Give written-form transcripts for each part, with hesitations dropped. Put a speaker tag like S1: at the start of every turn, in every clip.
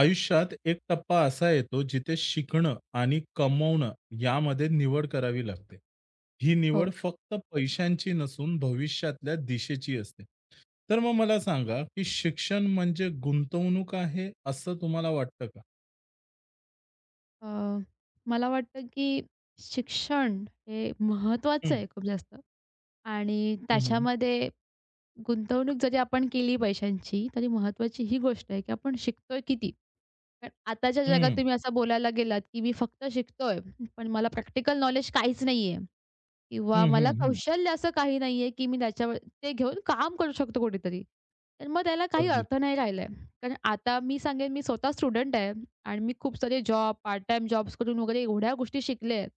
S1: आयुष्यात एक टप्पा असा येतो जिथे शिकणं आणि कमवणं यामध्ये निवड करावी लागते. ही
S2: हो.
S1: निवड फक्त पैशांची नसून भविष्यातल्या दिशेची असते. तर मग मला सांगा, की शिक्षण म्हणजे गुंतवणूक आहे, असं तुम्हाला वाटतं का?
S2: अ, मला वाटतं की शिक्षण हे महत्त्वाचं
S1: हं,
S2: आहे खूप जास्त आणि
S1: हं, हं.
S2: त्याच्यामध्ये गुंतवणूक जरी आपण केली पैशांची, तरी महत्त्वाची ही गोष्ट आहे की आपण शिकतोय किती? कारण आताच्या जगात
S1: हं,
S2: तुम्ही असं बोलायला गेलात की मी फक्त शिकतोय, पण मला प्रॅक्टिकल नॉलेज काहीच नाहीये. किंवा
S1: हं,
S2: मला
S1: हं, हं.
S2: कौशल्य असं काही नाहीये, की मी त्याच्यावर ते घेऊन काम करू शकतो कुठेतरी. तर मग त्याला काही
S1: अगदी.
S2: अर्थ नाही राहिलाय. कारण आता मी सांगेन मी स्वतः स्टुडंट आहे आणि मी खूप सारे जॉब, पार्ट टाईम जॉब्स करून वगैरे एवढ्या गोष्टी शिकले आहेत,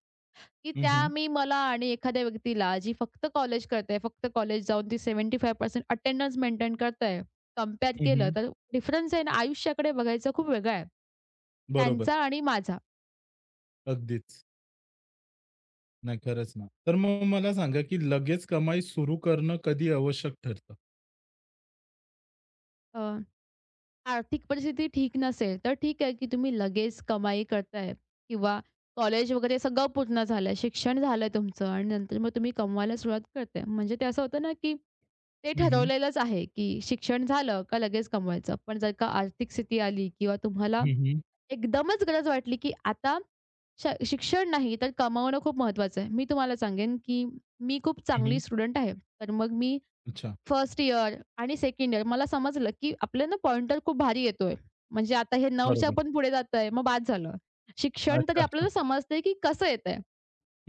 S2: की
S1: हं,
S2: त्या
S1: हं.
S2: मी मला आणि एखाद्या व्यक्तीला जी फक्त कॉलेज करते, फक्त कॉलेज जाऊन ती 75% अटेंडन्स मेंटेन करते, कंपेअर
S1: हं,
S2: केलं
S1: हं.
S2: तर डिफरन्स आहे ना, आयुष्याकडे बघायचा खूप वेगळा आहे
S1: बरोबर.
S2: त्यांचा आणि माझा.
S1: अगदीच. नाही, खरंच ना. तर मग मला सांगा, की लगेच कमाई सुरू करणं कधी आवश्यक ठरतं?
S2: आर्थिक परिस्थिती ठीक नसेल, तर ठीक आहे, की तुम्ही लगेच कमाई करताय किंवा कॉलेज वगैरे सगळं पूर्ण झालंय, शिक्षण झालंय तुमचं आणि नंतर मग तुम्ही कमवायला सुरुवात करताय. म्हणजे ते असं होतं ना, की ते
S1: हं, हं.
S2: ठरवलेलंच आहे, की शिक्षण झालं का लगेच कमवायचं. पण जर का आर्थिक स्थिती आली किंवा तुम्हाला
S1: हं, हं.
S2: एकदमच गरज वाटली, की आता शिक्षण नाही तर कमावणं खूप महत्त्वाचं आहे. मी तुम्हाला सांगेन, की मी खूप
S1: हं,
S2: चांगली
S1: हं.
S2: स्टुडंट आहे. तर मग मी
S1: अच्छा.
S2: फर्स्ट इयर आणि सेकंड इयर मला समजलं, की आपल्याला पॉइंटर खूप भारी येतोय. म्हणजे आता हे 9च्या
S1: बरोबर.
S2: पण पुढे जातंय, मग बाद झालं. शिक्षण तरी
S1: अच्छा.
S2: आपल्याला समजतंय, की कसं येतंय.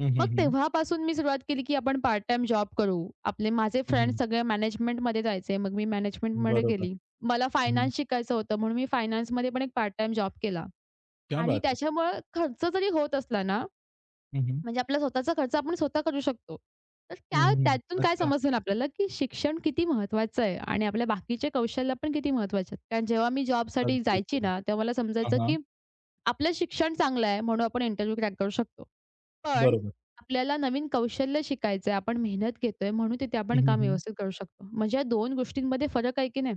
S1: हं,
S2: मग
S1: हं, हं.
S2: तेव्हापासून मी सुरुवात केली, की आपण पार्ट टाईम जॉब करू. आपले माझे
S1: हं,
S2: फ्रेंड्स
S1: हं.
S2: सगळे मॅनेजमेंटमध्ये जायचे. मग मी मॅनेजमेंटमध्ये
S1: बरोबर.
S2: गेली. मला
S1: हं, हं.
S2: फायनान्स शिकायचं होतं म्हणून मी फायनान्समध्ये पण एक पार्ट टाईम जॉब केला
S1: क्या
S2: आणि
S1: बात है!
S2: त्याच्यामुळं खर्च जरी होत असला ना,
S1: हं, हं.
S2: म्हणजे आपला स्वतःचा खर्च आपण स्वतः करू शकतो. तर
S1: हं,
S2: त्या
S1: हं.
S2: त्यातून काय
S1: अच्छा.
S2: समजलं ना आपल्याला, की शिक्षण किती महत्त्वाचं आहे आणि आपल्या बाकीचे कौशल्य पण किती महत्त्वाचे आहेत. कारण जेव्हा मी जॉबसाठी
S1: अगदीच,
S2: जायची ना,
S1: अगदीच.
S2: तेव्हा मला
S1: हां,
S2: समजायचं,
S1: हां.
S2: की आपलं शिक्षण चांगलं आहे म्हणून आपण इंटरव्ह्यू क्रॅक करू शकतो. पण
S1: बरोबर.
S2: आपल्याला नवीन कौशल्य शिकायचं आहे, आपण मेहनत घेतोय म्हणून तिथे
S1: हं,
S2: आपण
S1: हं,
S2: काम
S1: हं.
S2: व्यवस्थित करू शकतो. म्हणजे या 2 गोष्टींमध्ये फरक आहे की नाही?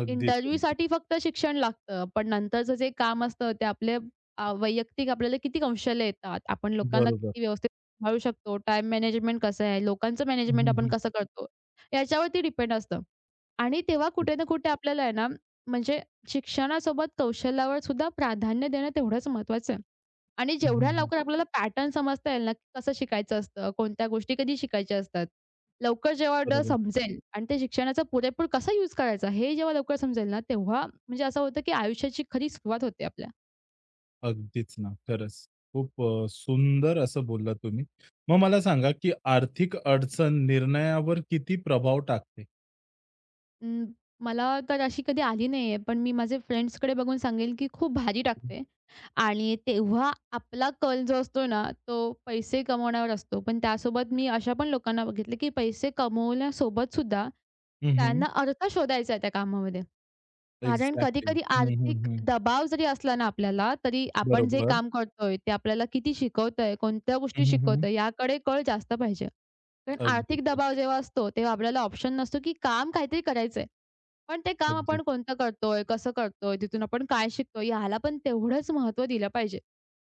S1: अगदीच, अगदीच.
S2: इंटरव्ह्यूसाठी फक्त शिक्षण लागतं. पण नंतरचं जे काम असतं ते आपले वैयक्तिक आपल्याला किती कौशल्य येतात. आपण लोकांना
S1: बरोबर.
S2: किती व्यवस्थित सांभाळू शकतो. टाईम मॅनेजमेंट कसं आहे? लोकांचं
S1: हं,
S2: मॅनेजमेंट
S1: हं,
S2: आपण
S1: हं.
S2: कसं करतो? याच्यावरती डिपेंड असतं. आणि तेव्हा
S1: अगदीच.
S2: कुठे ना कुठे आपल्याला आहे ना, म्हणजे शिक्षणासोबत कौशल्यावर सुद्धा प्राधान्य देणं तेवढंच महत्त्वाचं आहे. आणि
S1: हं, हं,
S2: जेवढ्या
S1: हं.
S2: लवकर आपल्याला पॅटर्न समजता येईल ना, की कसं शिकायचं असतं, कोणत्या गोष्टी कधी शिकायच्या असतात. लवकर जेव्हा
S1: बरोबर.
S2: समजेल आणि ते शिक्षणाचा पुरेपूर कसा यूज करायचा हे जेव्हा लवकर समजेल ना, तेव्हा म्हणजे असं होतं की आयुष्याची खरी सुरुवात होते आपल्या.
S1: अगदीच ना. खरंच. खूप सुंदर असं बोललात तुम्ही. मग मला सांगा, की आर्थिक अडचण निर्णयावर किती प्रभाव टाकते?
S2: अं, मला तर अशी कधी आली नाहीये, पण मी माझे फ्रेंड्सकडे बघून सांगेल की खूप भारी टाकते आणि तेव्हा आपला कल जो असतो ना, तो पैसे कमवण्यावर असतो. पण त्यासोबत मी अशा पण लोकांना बघितलं की पैसे कमवण्यासोबत सुद्धा
S1: हं, हं.
S2: त्यांना अर्थ शोधायचा आहे त्या कामामध्ये. कारण
S1: एक्झॅक्टली.
S2: कधी-कधी
S1: हं, हं,
S2: आर्थिक
S1: हं.
S2: दबाव जरी असला ना आपल्याला, तरी आपण जे
S1: बरोबर.
S2: काम करतोय ते आपल्याला किती शिकवतंय, कोणत्या
S1: हं,
S2: गोष्टी
S1: हं, हं.
S2: शिकवतंय याकडे कल जास्त पाहिजे. कारण
S1: अगदीच,
S2: आर्थिक दबाव
S1: अगदीच.
S2: जेव्हा असतो, तेव्हा आपल्याला ऑप्शन नसतो, की काम काहीतरी करायचंय. पण ते काम आपण
S1: अगदीच.
S2: कोणतं करतोय, कसं करतोय, तिथून आपण काय शिकतोय ह्याला पण तेवढंच महत्त्व दिलं पाहिजे.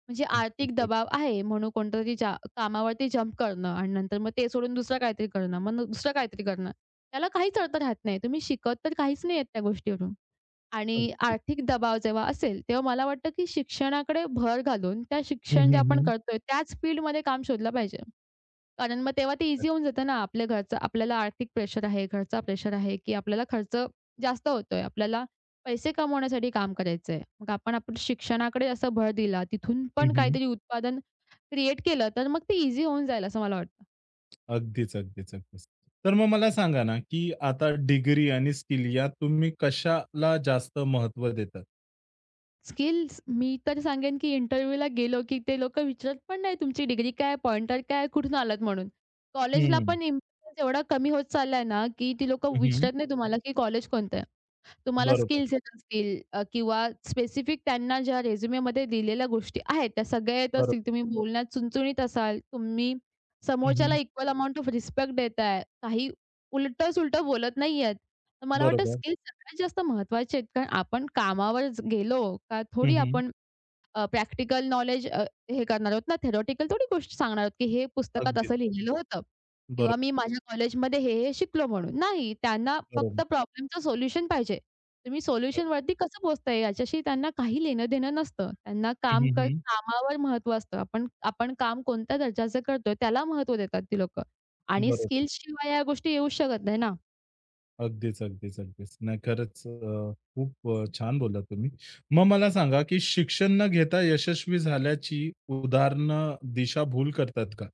S2: म्हणजे
S1: अगदीच,
S2: आर्थिक
S1: अगदीच.
S2: दबाव आहे म्हणून कोणतरी ज्या कामावरती जंप करणं आणि नंतर मग ते सोडून दुसरं काहीतरी करणं, मग दुसरं काहीतरी करणं, त्याला काहीच अर्थ राहत नाही. तुम्ही शिकत तर काहीच नाहीयेत त्या गोष्टीवरून. आणि आर्थिक दबाव जेव्हा असेल, तेव्हा मला वाटतं की शिक्षणाकडे भर घालून त्या
S1: हं,
S2: शिक्षण जे
S1: हं,
S2: आपण
S1: हं.
S2: करतोय त्याच फील्डमध्ये काम शोधलं पाहिजे. कारण मग तेव्हा ते ईझी होऊन जातं ना, आपल्या घरचं आपल्याला आर्थिक प्रेशर आहे, घरचा प्रेशर आहे, की आपल्याला खर्च जास्त होतोय. आपल्याला पैसे कमवण्यासाठी काम करायचंय. मग आपण आपण शिक्षणाकडे असा भर दिला, तिथून
S1: हं,
S2: पण
S1: हं.
S2: काहीतरी उत्पादन क्रिएट केलं, तर मग ते ईझी होऊन जाईल असं मला वाटतं.
S1: अगदीच, अगदीच, अगदीच. तर मग मला सांगा ना, की आता डिग्री आणि स्किल यात तुम्ही कशाला जास्त महत्त्व देतात?
S2: स्किल्स, मी तर सांगेन की इंटरव्ह्यूला गेलो, की ते लोकं विचारत पण नाही तुमची डिग्री काय, पॉइंटर काय, कुठून आलात म्हणून. कॉलेजला
S1: हं,
S2: पण इम्पोर्टन्स एवढा कमी होत चाललाय ना, की ती लोकं
S1: हं, हं.
S2: विचारत नाही तुम्हाला की कॉलेज कोणतं आहे? तुम्हाला
S1: बरोबर,
S2: स्किल्स येत असतील किंवा स्पेसिफिक त्यांना ज्या रिझ्यूमेमध्ये दिलेल्या गोष्टी आहेत, त्या सगळ्या येत असतील.
S1: बरोबर.
S2: तुम्ही बोलण्यात चुणचुणीत असाल, तुम्ही
S1: हं,
S2: समोरच्याला
S1: हं.
S2: इक्वल अमाउंट ऑफ रिस्पेक्ट देताय, काही उलटं-सुलटं बोलत नाहीयेत. तर मला वाटतं
S1: बरोबर.
S2: स्किल्स सगळ्यात जास्त महत्त्वाचे आहेत. कारण आपण कामावर गेलो का
S1: हं,
S2: थोडी
S1: हं.
S2: आपण प्रॅक्टिकल नॉलेज हे करणार आहोत ना, थेरॉटिकल थोडी गोष्ट सांगणार आहोत, की हे पुस्तकात असं
S1: अगदीच.
S2: लिहिलेलं होतं किंवा
S1: बरोबर,
S2: मी माझ्या कॉलेजमध्ये हे शिकलो म्हणून. नाही, त्यांना फक्त
S1: बरोबर.
S2: प्रॉब्लेमचं सोल्युशन पाहिजे. तुम्ही
S1: अग
S2: सोल्युशनवरती कसं पोहोचताय याच्याशी त्यांना काही लेणं-देणं नसतं. त्यांना
S1: हं,
S2: काम
S1: हं, हं.
S2: कामावर महत्त्व असतं. आपण आपण काम कोणत्या दर्जाचं करतोय त्याला महत्त्व देतात ती लोकं आणि
S1: बरोबर.
S2: स्किल्सशिवाय या गोष्टी येऊच शकत नाही ना.
S1: अगदीच, अगदीच, अगदीच. नाही खरंच खूप छान बोललात तुम्ही. मग मला सांगा, की शिक्षण न घेता यशस्वी झाल्याची उदाहरणं दिशाभूल करतात का?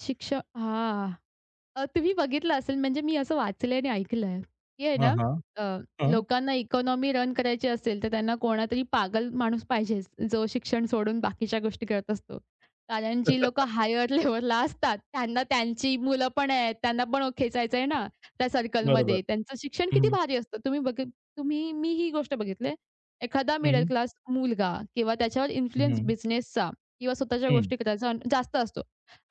S2: हां. तुम्ही बघितलं असेल म्हणजे मी असं वाचलंय आणि ऐकलंय, की आहे
S1: हां,
S2: ना,
S1: हां.
S2: अ,
S1: हां.
S2: लोकांना इकॉनॉमी रन करायची असेल, तर त्यांना कोणातरी पागल माणूस पाहिजेच, जो शिक्षण सोडून बाकीच्या गोष्टी करत असतो. कारण जी लोकं हायर लेव्हलला असतात, त्यांना त्यांची मुलं पण आहेत, त्यांना पण खेचायचं आहे ना त्या
S1: बरोबर.
S2: सर्कलमध्ये. त्यांचं शिक्षण
S1: हं,
S2: किती
S1: हं.
S2: भारी असतं. तुम्ही मी ही गोष्ट बघितली. एखादा मिडल क्लास मुलगा किंवा त्याच्यावर
S1: हं,
S2: इन्फ्लुअन्स
S1: हं.
S2: बिझनेसचा किंवा स्वतःच्या
S1: हं.
S2: गोष्टी करायचा जास्त असतो.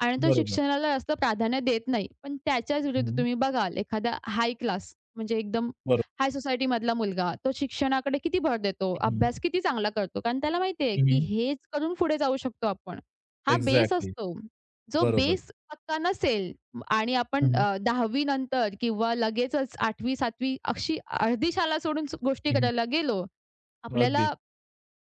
S2: आणि तो
S1: बरोबर.
S2: शिक्षणाला जास्त प्राधान्य देत नाही. पण त्याच्याच विरुद्ध
S1: हं.
S2: तुम्ही बघाल एखादा हाय क्लास म्हणजे एकदम
S1: बरोबर.
S2: हाय सोसायटीमधला मुलगा, तो शिक्षणाकडे किती भर देतो,
S1: हं, हं.
S2: अभ्यास किती चांगला करतो. कारण त्याला माहिती आहे, की हेच करून पुढे जाऊ शकतो आपण. हा बेस
S1: एक्झॅक्टली.
S2: असतो. जो
S1: बरोबर.
S2: बेस पक्का नसेल आणि
S1: हं,
S2: आपण
S1: हं.
S2: 10वी नंतर किंवा लगेचच 8वी 7वी अशी अर्धी शाळा सोडून गोष्टी करायला गेलो,
S1: अगदीच.
S2: आपल्याला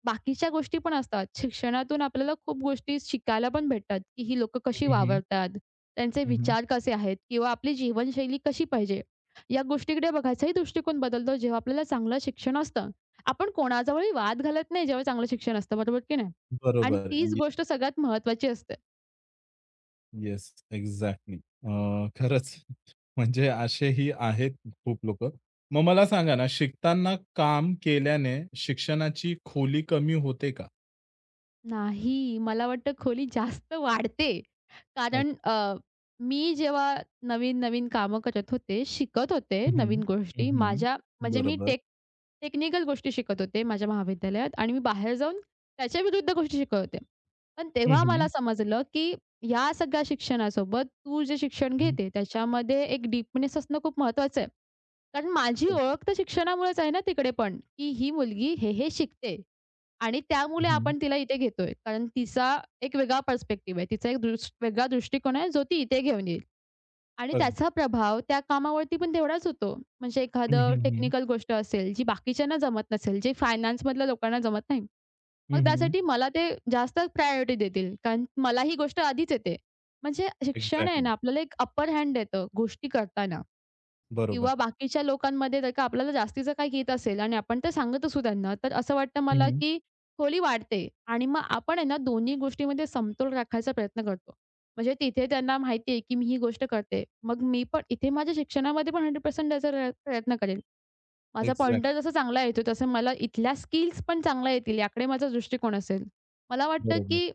S2: बाकीच्या गोष्टी पण असतात. शिक्षणातून आपल्याला खूप गोष्टी शिकायला पण भेटतात, की ही लोक
S1: हं,
S2: कशी
S1: हं, हं.
S2: वावरतात, त्यांचे
S1: हं,
S2: विचार कसे आहेत किंवा आपली जीवनशैली कशी पाहिजे. या गोष्टीकडे बघायचाही दृष्टिकोन बदलतो जेव्हा आपल्याला चांगलं शिक्षण असतं. आपण कोणाजवळही वाद घालत नाही जेव्हा चांगलं शिक्षण असतं, बरोबर की नाही? आणि
S1: बरोबर.
S2: तीच गोष्ट सगळ्यात महत्त्वाची असते.
S1: Yes, exactly. खरंच म्हणजे असेही आहेत खूप लोकं. मग मला सांगा ना, शिकताना काम केल्याने शिक्षणाची खोली कमी होते का?
S2: नाही, मला वाटतं खोली जास्त वाढते. कारण
S1: अच्छा.
S2: मी जेव्हा नवीन-नवीन कामं करत होते, शिकत होते
S1: हं, हं.
S2: नवीन
S1: हं,
S2: गोष्टी.
S1: हं.
S2: माझ्या म्हणजे मी
S1: बरोबर.
S2: टेक्निकल गोष्टी शिकत होते माझ्या महाविद्यालयात आणि मी बाहेर जाऊन त्याच्या विरुद्ध गोष्टी शिकत होते. पण
S1: हं,
S2: तेव्हा मला
S1: हं.
S2: समजलं, की या सगळ्या शिक्षणासोबत तू जे शिक्षण
S1: हं.
S2: घेते त्याच्यामध्ये एक डीपनेस असणं खूप महत्त्वाचं आहे. कारण माझी
S1: अगदी.
S2: ओळख तर शिक्षणामुळेच आहे ना तिकडे पण, की ही मुलगी हे शिकते. आणि त्यामुळे
S1: हं.
S2: आपण तिला इथे घेतोय. कारण तिचा एक वेगळा पर्स्पेक्टिव्ह आहे. तिचा एक वेगळा दृष्टिकोन आहे, जो ती इथे घेऊन येईल. आणि
S1: अगदी.
S2: त्याचा प्रभाव त्या कामावरती पण तेवढाच होतो. म्हणजे
S1: हं,
S2: एखादं
S1: हं, हं.
S2: टेक्निकल गोष्ट असेल, जी बाकीच्यांना जमत नसेल, जे फायनान्समधल्या लोकांना जमत नाही. मग
S1: हं, हं.
S2: त्यासाठी मला ते जास्त प्रायोरिटी देतील. कारण मला ही गोष्ट आधीच येते. म्हणजे शिक्षण आहे
S1: एक्झॅक्टली.
S2: ना, आपल्याला एक अपर हँड देतं गोष्टी करताना.
S1: बरोबर.
S2: किंवा बाकीच्या लोकांमध्ये जर का आपल्याला जास्तीचं काही येत असेल आणि आपण ते सांगत असू त्यांना, तर असं वाटतं
S1: हं,
S2: मला,
S1: हं.
S2: की खोली वाढते आणि मग आपण आहे ना दोन्ही गोष्टीमध्ये समतोल राखायचा प्रयत्न करतो. म्हणजे तिथे त्यांना माहिती आहे, की मी ही गोष्ट करते. मग मी पण इथे माझ्या शिक्षणामध्ये पण 100% द्यायचा प्रयत्न करेन. माझा
S1: एक्झॅक्ट
S2: पॉइंटर जसा चांगला येतो, तसं मला इथल्या स्किल्स पण चांगल्या येतील याकडे माझा दृष्टिकोन असेल. मला वाटतं,
S1: बरोबर.
S2: की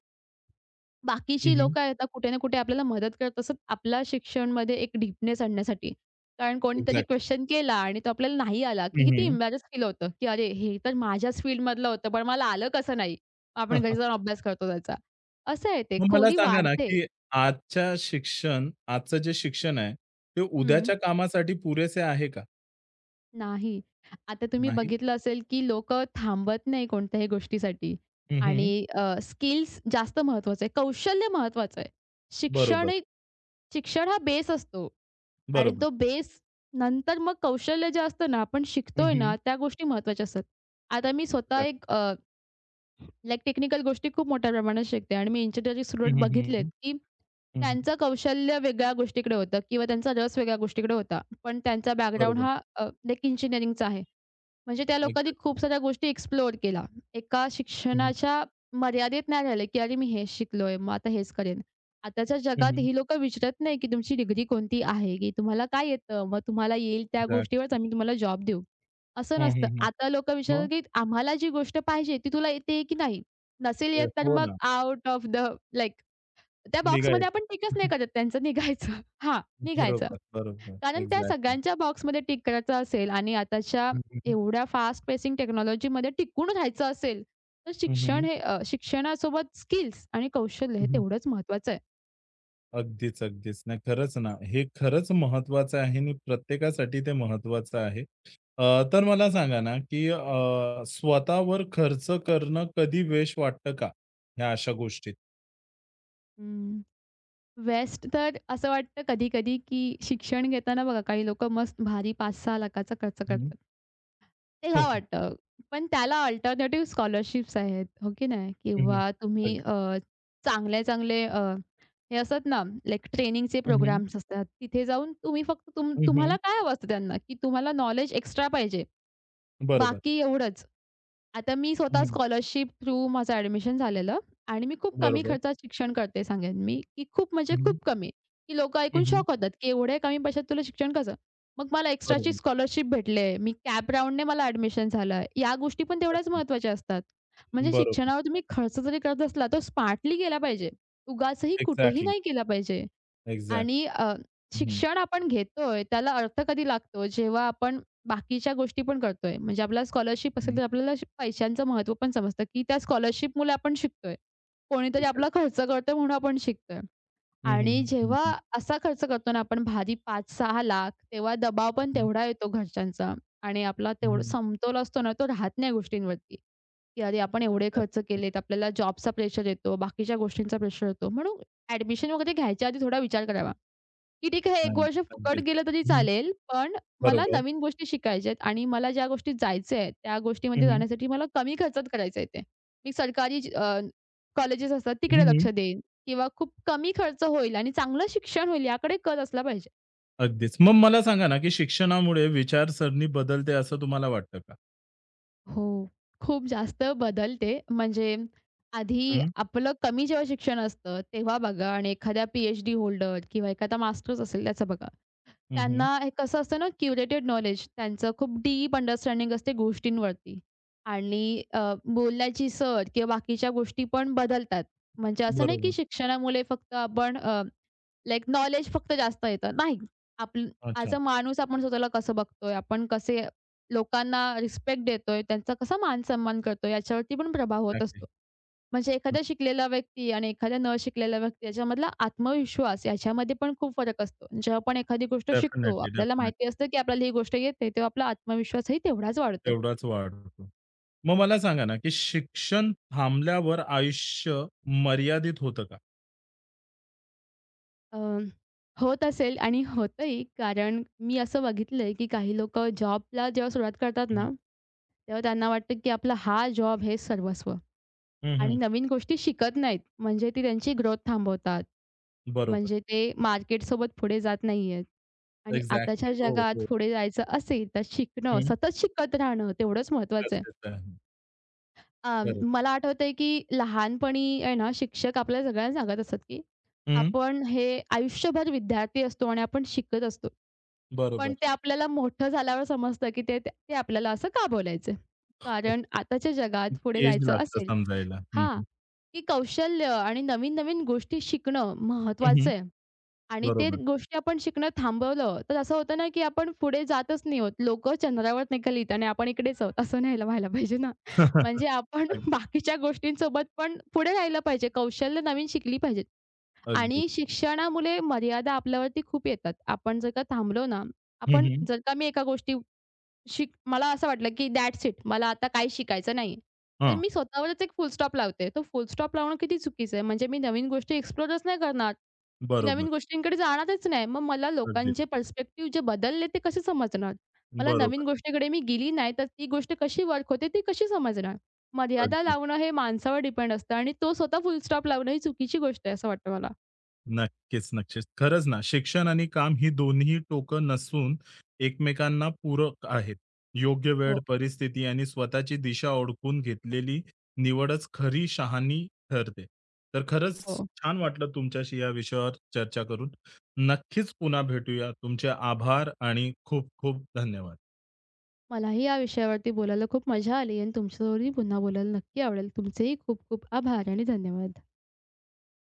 S1: हं,
S2: बाकीची
S1: हं.
S2: लोकं आहेत ना, कुठे ना कुठे आपल्याला मदत करत असत, आपला शिक्षणमध्ये एक डीपनेस आणण्यासाठी. कारण कोणीतरी
S1: एक्झॅक्टली.
S2: क्वेश्चन केला आणि तो आपल्याला नाही आला, की
S1: हं,
S2: किती
S1: हं.
S2: एम्बॅरस फील होतं, की "अरे, हे तर माझ्याच फील्डमधलं होतं, पण मला आलं कसं नाही?" आपण घरी जाऊन अभ्यास करतो त्याचा. असं आहे ते,
S1: मग मला
S2: खोली
S1: सांगा ना,
S2: वाढते.
S1: की आजच्या शिक्षण आजचं जे शिक्षण आहे, ते
S2: हं.
S1: उद्याच्या कामासाठी पुरेसे आहे का?
S2: नाही. आता तुम्ही
S1: नाही.
S2: बघितलं असेल, की लोकं थांबत नाही कोणत्याही गोष्टीसाठी
S1: हं, हं.
S2: आणि स्किल्स जास्त महत्त्वाचं आहे, कौशल्य महत्त्वाचं आहे. शिक्षण
S1: बरोबर,
S2: शिक्षण हा बेस असतो आणि
S1: बरोबर.
S2: तो बेस नंतर मग कौशल्य जे असतं ना, आपण
S1: हं,
S2: शिकतोय
S1: हं.
S2: ना, त्या गोष्टी महत्त्वाच्या असतात. आता मी स्वतः
S1: एक्झॅक्टली.
S2: एक टेक्निकल गोष्टी खूप मोठ्या प्रमाणात शिकते आणि मी इंजिनिअरिंगचे
S1: हं,
S2: स्टुडंट
S1: हं,
S2: बघितलेत,
S1: हं.
S2: की
S1: हं, हं.
S2: त्यांचं कौशल्य वेगळ्या गोष्टीकडे होतं किंवा त्यांचा रस वेगळ्या गोष्टीकडे होता. पण त्यांचा बॅकग्राऊंड
S1: बरोबर.
S2: हा इंजिनिअरिंगचा आहे. म्हणजे त्या लोकांनी
S1: एक्झॅक्टली.
S2: खूप साऱ्या गोष्टी एक्सप्लोर केला एका
S1: हं, हं.
S2: शिक्षणाच्या मर्यादेत नाही राहिले, की "अरे, मी हेच शिकलोय, मग आता हेच करेन." आताच्या
S1: हं,
S2: जगात
S1: हं.
S2: ही लोकं विचारत नाही, की तुमची डिग्री कोणती आहे, की तुम्हाला काय येतं? मग तुम्हाला येईल त्या
S1: एक्झॅक्ट.
S2: गोष्टीवरच आम्ही तुम्हाला जॉब देऊ. असं
S1: हं,
S2: नसतं.
S1: हं, हं.
S2: आता लोकं विचारतात,
S1: मग?
S2: की "आम्हाला जी गोष्ट पाहिजे ती तुला येते की नाही? नसेल
S1: ए,
S2: येत तर
S1: हो
S2: मग
S1: ना.
S2: आउट ऑफ द लाइक त्या बॉक्समध्ये
S1: निघायचं.
S2: आपण टिकच नाही करत." त्यांचं निघायचं. हां, निघायचं.
S1: बरोबर, बरोबर.
S2: कारण त्या
S1: एक्झॅक्टली.
S2: सगळ्यांच्या बॉक्समध्ये टिक करायचं असेल आणि आताच्या
S1: हं, हं.
S2: एवढ्या फास्ट पेसिंग टेक्नॉलॉजीमध्ये टिकून राहायचं असेल, तर
S1: हं,
S2: शिक्षण
S1: हं.
S2: हे शिक्षणासोबत स्किल्स आणि कौशल्य हे
S1: हं, हं.
S2: तेवढंच महत्त्वाचं आहे.
S1: अगदीच, अगदीच. नाही खरंच ना, हे खरंच महत्वाचं आहे आणि प्रत्येकासाठी ते महत्वाचं आहे. अ, तर मला सांगा ना, की स्वतःवर खर्च करणं कधी वेश वाटतं का? ह्या अशा गोष्टीत?
S2: हं. वेस्ट तर असं वाटतं कधी-कधी, की शिक्षण घेताना बघा काही लोकं मस्त भारी 5-6 लाखाचा खर्च
S1: हं.
S2: करतात.
S1: हो,
S2: तेव्हा
S1: हो.
S2: वाटतं. पण त्याला अल्टरनेटिव्ह स्कॉलरशिप्स आहेत, हो की नाही?
S1: हं, हं.
S2: किंवा तुम्ही
S1: अगदी.
S2: चांगले-चांगले हे असतात ना, लाइक ट्रेनिंगचे
S1: हं, हं.
S2: प्रोग्राम्स असतात. तिथे जाऊन तुम्ही फक्त
S1: हं, हं.
S2: तुम्हाला काय हवं असतं त्यांना, की तुम्हाला नॉलेज एक्स्ट्रा पाहिजे.
S1: बरोबर.
S2: बाकी एवढंच. आता मी
S1: हं,
S2: स्वतः
S1: हं.
S2: स्कॉलरशिप थ्रू माझं ॲडमिशन झालेलं आणि मी खूप कमी
S1: बरोबर.
S2: खर्चात शिक्षण करते सांगेन मी, की खूप म्हणजे
S1: हं, हं.
S2: खूप कमी, की लोकं
S1: हं,
S2: ऐकून
S1: हं.
S2: शॉक होतात, की एवढ्या कमी पैशात तुला शिक्षण कसं? मग मला एक्स्ट्राची
S1: बरोबर.
S2: स्कॉलरशिप भेटले, मी कॅप राउंडने मला ॲडमिशन झालं. या गोष्टी पण तेवढ्याच
S1: अच्छा.
S2: महत्त्वाच्या असतात. म्हणजे
S1: बरोबर.
S2: शिक्षणावर तुम्ही खर्च जरी करत असला, तो स्मार्टली केला पाहिजे. उगाचही कुठेही
S1: एक्झॅक्टली.
S2: नाही केला पाहिजे. आणि
S1: एक्झॅक्टली.
S2: अ,
S1: हं,
S2: शिक्षण आपण घेतोय त्याला अर्थ कधी लागतो? जेव्हा आपण बाकीच्या गोष्टी पण करतोय. म्हणजे आपल्याला स्कॉलरशिप असेल,
S1: हं.
S2: तर आपल्याला पैशांचं महत्त्व पण समजतं, की त्या स्कॉलरशिपमुळे आपण शिकतोय. कोणीतरी आपला
S1: एक्झॅक्टली.
S2: खर्च करतोय म्हणून आपण शिकतोय.
S1: हं, हं.
S2: आणि
S1: हं,
S2: जेव्हा
S1: हं.
S2: असा खर्च करतो ना आपण भारी 5-6 लाख तेव्हा दबाव पण तेवढा येतो घरच्यांचा आणि आपला
S1: हं,
S2: तेवढा
S1: हं.
S2: समतोल असतो ना, तो राहत नाही गोष्टींवरती, की अरे आपण एवढे खर्च केलेत. आपल्याला जॉबचा प्रेशर येतो, बाकीच्या गोष्टींचा प्रेशर येतो. म्हणून ॲडमिशन वगैरे घ्यायच्या आधी थोडा विचार करावा. की ठीक आहे एक वर्ष
S1: एक्झॅक्टली.
S2: फुकट
S1: अगदीच.
S2: गेलं तरी
S1: हं.
S2: चालेल, पण मला
S1: बरोबर.
S2: नवीन गोष्टी शिकायच्या आहेत आणि मला ज्या गोष्टीत जायचं आहे, त्या गोष्टीमध्ये
S1: हं, हं.
S2: जाण्यासाठी मला कमी खर्चात करायचं आहे ते. मी सरकारी ज कॉलेजेस असतात तिकडे
S1: हं, हं.
S2: लक्ष देईन किंवा खूप कमी खर्च होईल आणि चांगलं शिक्षण होईल याकडे कल असला पाहिजे.
S1: अगदीच. मग मला सांगा ना, की शिक्षणामुळे विचारसरणी बदलते असं तुम्हाला वाटतं का?
S2: हो, खूप जास्त बदलते. म्हणजे आधी
S1: हं.
S2: आपलं कमी जेव्हा शिक्षण असतं, तेव्हा बघा आणि एखाद्या PhD होल्डर किंवा एखादा मास्टर्स असेल त्याचं बघा.
S1: हं, हं.
S2: त्यांना हे कसं असतं ना, क्युरेटेड नॉलेज त्यांचं खूप डीप अंडरस्टँडिंग असते गोष्टींवरती आणि अ, बोलण्याची सर किंवा बाकीच्या गोष्टी पण बदलतात. म्हणजे असं नाही की
S1: बरोबर.
S2: शिक्षणामुळे फक्त आपण अ, नॉलेज फक्त जास्त येतं. नाही, आपलं
S1: अच्छा.
S2: ॲज अ माणूस आपण स्वतःला कसं बघतोय, आपण कसे लोकांना रिस्पेक्ट देतोय, त्यांचा कसा मान-सन्मान करतोय याच्यावरती पण प्रभाव होत
S1: एक्झॅक्टली.
S2: असतो. म्हणजे
S1: हं.
S2: एखादा शिकलेला व्यक्ती आणि एखाद्या न शिकलेला व्यक्ती याच्यामधला आत्मविश्वास याच्यामध्ये पण खूप फरक असतो. जेव्हा आपण एखादी गोष्ट शिकतो, आपल्याला
S1: डेफिनिटली,
S2: माहिती असतं, की आपल्याला ही गोष्ट येते, तेव्हा आपला आत्मविश्वासही तेवढाच वाढतो.
S1: तेवढाच वाढतो. मग मला सांगा ना, की शिक्षण थांबल्यावर आयुष्य मर्यादित होतं का?
S2: अ होत असेल आणि होतंही. कारण मी असं बघितलंय, की काही लोकं जॉबला जेव्हा सुरुवात करतात
S1: हं, हं.
S2: ना, तेव्हा त्यांना वाटतं, की आपला हा जॉब हे सर्वस्व.
S1: हं,
S2: आणि
S1: हं.
S2: नवीन गोष्टी शिकत नाहीत. म्हणजे ती त्यांची ग्रोथ थांबवतात.
S1: बरोबर.
S2: म्हणजे ते मार्केट सोबत पुढे जात नाहीयेत. आणि आताच्या
S1: एक्झॅक्टली. हो,
S2: जगात
S1: हो.
S2: पुढे जायचं असेल, तर शिकणं,
S1: हं.
S2: सतत शिकत राहणं तेवढंच महत्त्वाचं आहे.
S1: गरजेचं आहे.
S2: अ,
S1: बरोबर.
S2: मला आठवतंय की लहानपणी आहे ना, शिक्षक आपल्याला सगळ्यांना सांगत असतात, की
S1: हं.
S2: आपण हे आयुष्यभर विद्यार्थी असतो आणि आपण शिकत असतो.
S1: बरोबर.
S2: पण ते आपल्याला मोठं झाल्यावर समजतं, की ते ते आपल्याला असं का बोलायचं?
S1: हो.
S2: कारण आताच्या जगात पुढे
S1: एज
S2: जायचं
S1: लागतं
S2: असेल
S1: समजायला. हं,
S2: हां,
S1: हं.
S2: की कौशल्य आणि नवीन-नवीन गोष्टी शिकणं
S1: हं, हं.
S2: महत्त्वाचं आहे आणि ते
S1: बरोबर.
S2: गोष्टी आपण शिकणं थांबवलं, तर असं होतं ना, की आपण पुढे जातच नाही होत. लोकं चंद्रावर निघालीत आणि आपण इकडेच आहोत, असं नाही व्हायला पाहिजे ना. म्हणजे आपण
S1: अगदी,
S2: बाकीच्या गोष्टींसोबत पण पुढे राहिलं पाहिजे, कौशल्य नवीन शिकली पाहिजेत.
S1: अगदी.
S2: आणि शिक्षणामुळे मर्यादा आपल्यावरती खूप येतात. आपण जर का थांबलो ना,
S1: हं,
S2: आपण
S1: हं.
S2: जर का मी एका गोष्टी शिक मला असं वाटलं, की दॅट्स इट मला आता काही शिकायचं नाहीये. तर
S1: हां.
S2: मी स्वतःवरच एक फुल स्टॉप लावते. तो फुल स्टॉप लावणं किती चुकीचं आहे. म्हणजे मी नवीन गोष्टी एक्सप्लोरच नाही करणार. मी
S1: बरोबर.
S2: नवीन गोष्टींकडे जाणारच नाही. मग मला
S1: अगदी.
S2: लोकांचे पर्स्पेक्टिव्ह जे बदलले ते कसे समजणार? मला
S1: बरोबर.
S2: नवीन गोष्टीकडे मी गेली नाही, तर ती गोष्ट कशी वर्क होते ती कशी समजणार? मर्यादा
S1: अगदी.
S2: लावणं हे माणसावर डिपेंड असतं आणि तो स्वतः फुल स्टॉप लावणं ही चुकीची गोष्ट आहे असं वाटतं मला.
S1: नक्कीच, नक्कीच. खरंच ना, शिक्षण आणि काम ही दोन्ही टोकं नसून एकमेकांना पूरक आहेत. योग्य वेळ, परिस्थिती आणि स्वतःची दिशा ओळखून घेतलेली निवडच खरी शहाणी ठरते. तर खरंच
S2: हो.
S1: छान वाटलं तुमच्याशी या विषयावर चर्चा करून. नक्कीच पुन्हा भेटूया. तुमचे आभार आणि खूप खूप धन्यवाद.
S2: मलाही या विषयावरती बोलायला खूप मजा आली आणि तुमच्याबरोबरही पुन्हा बोलायला नक्की आवडेल. तुमचेही खूप खूप आभार आणि धन्यवाद.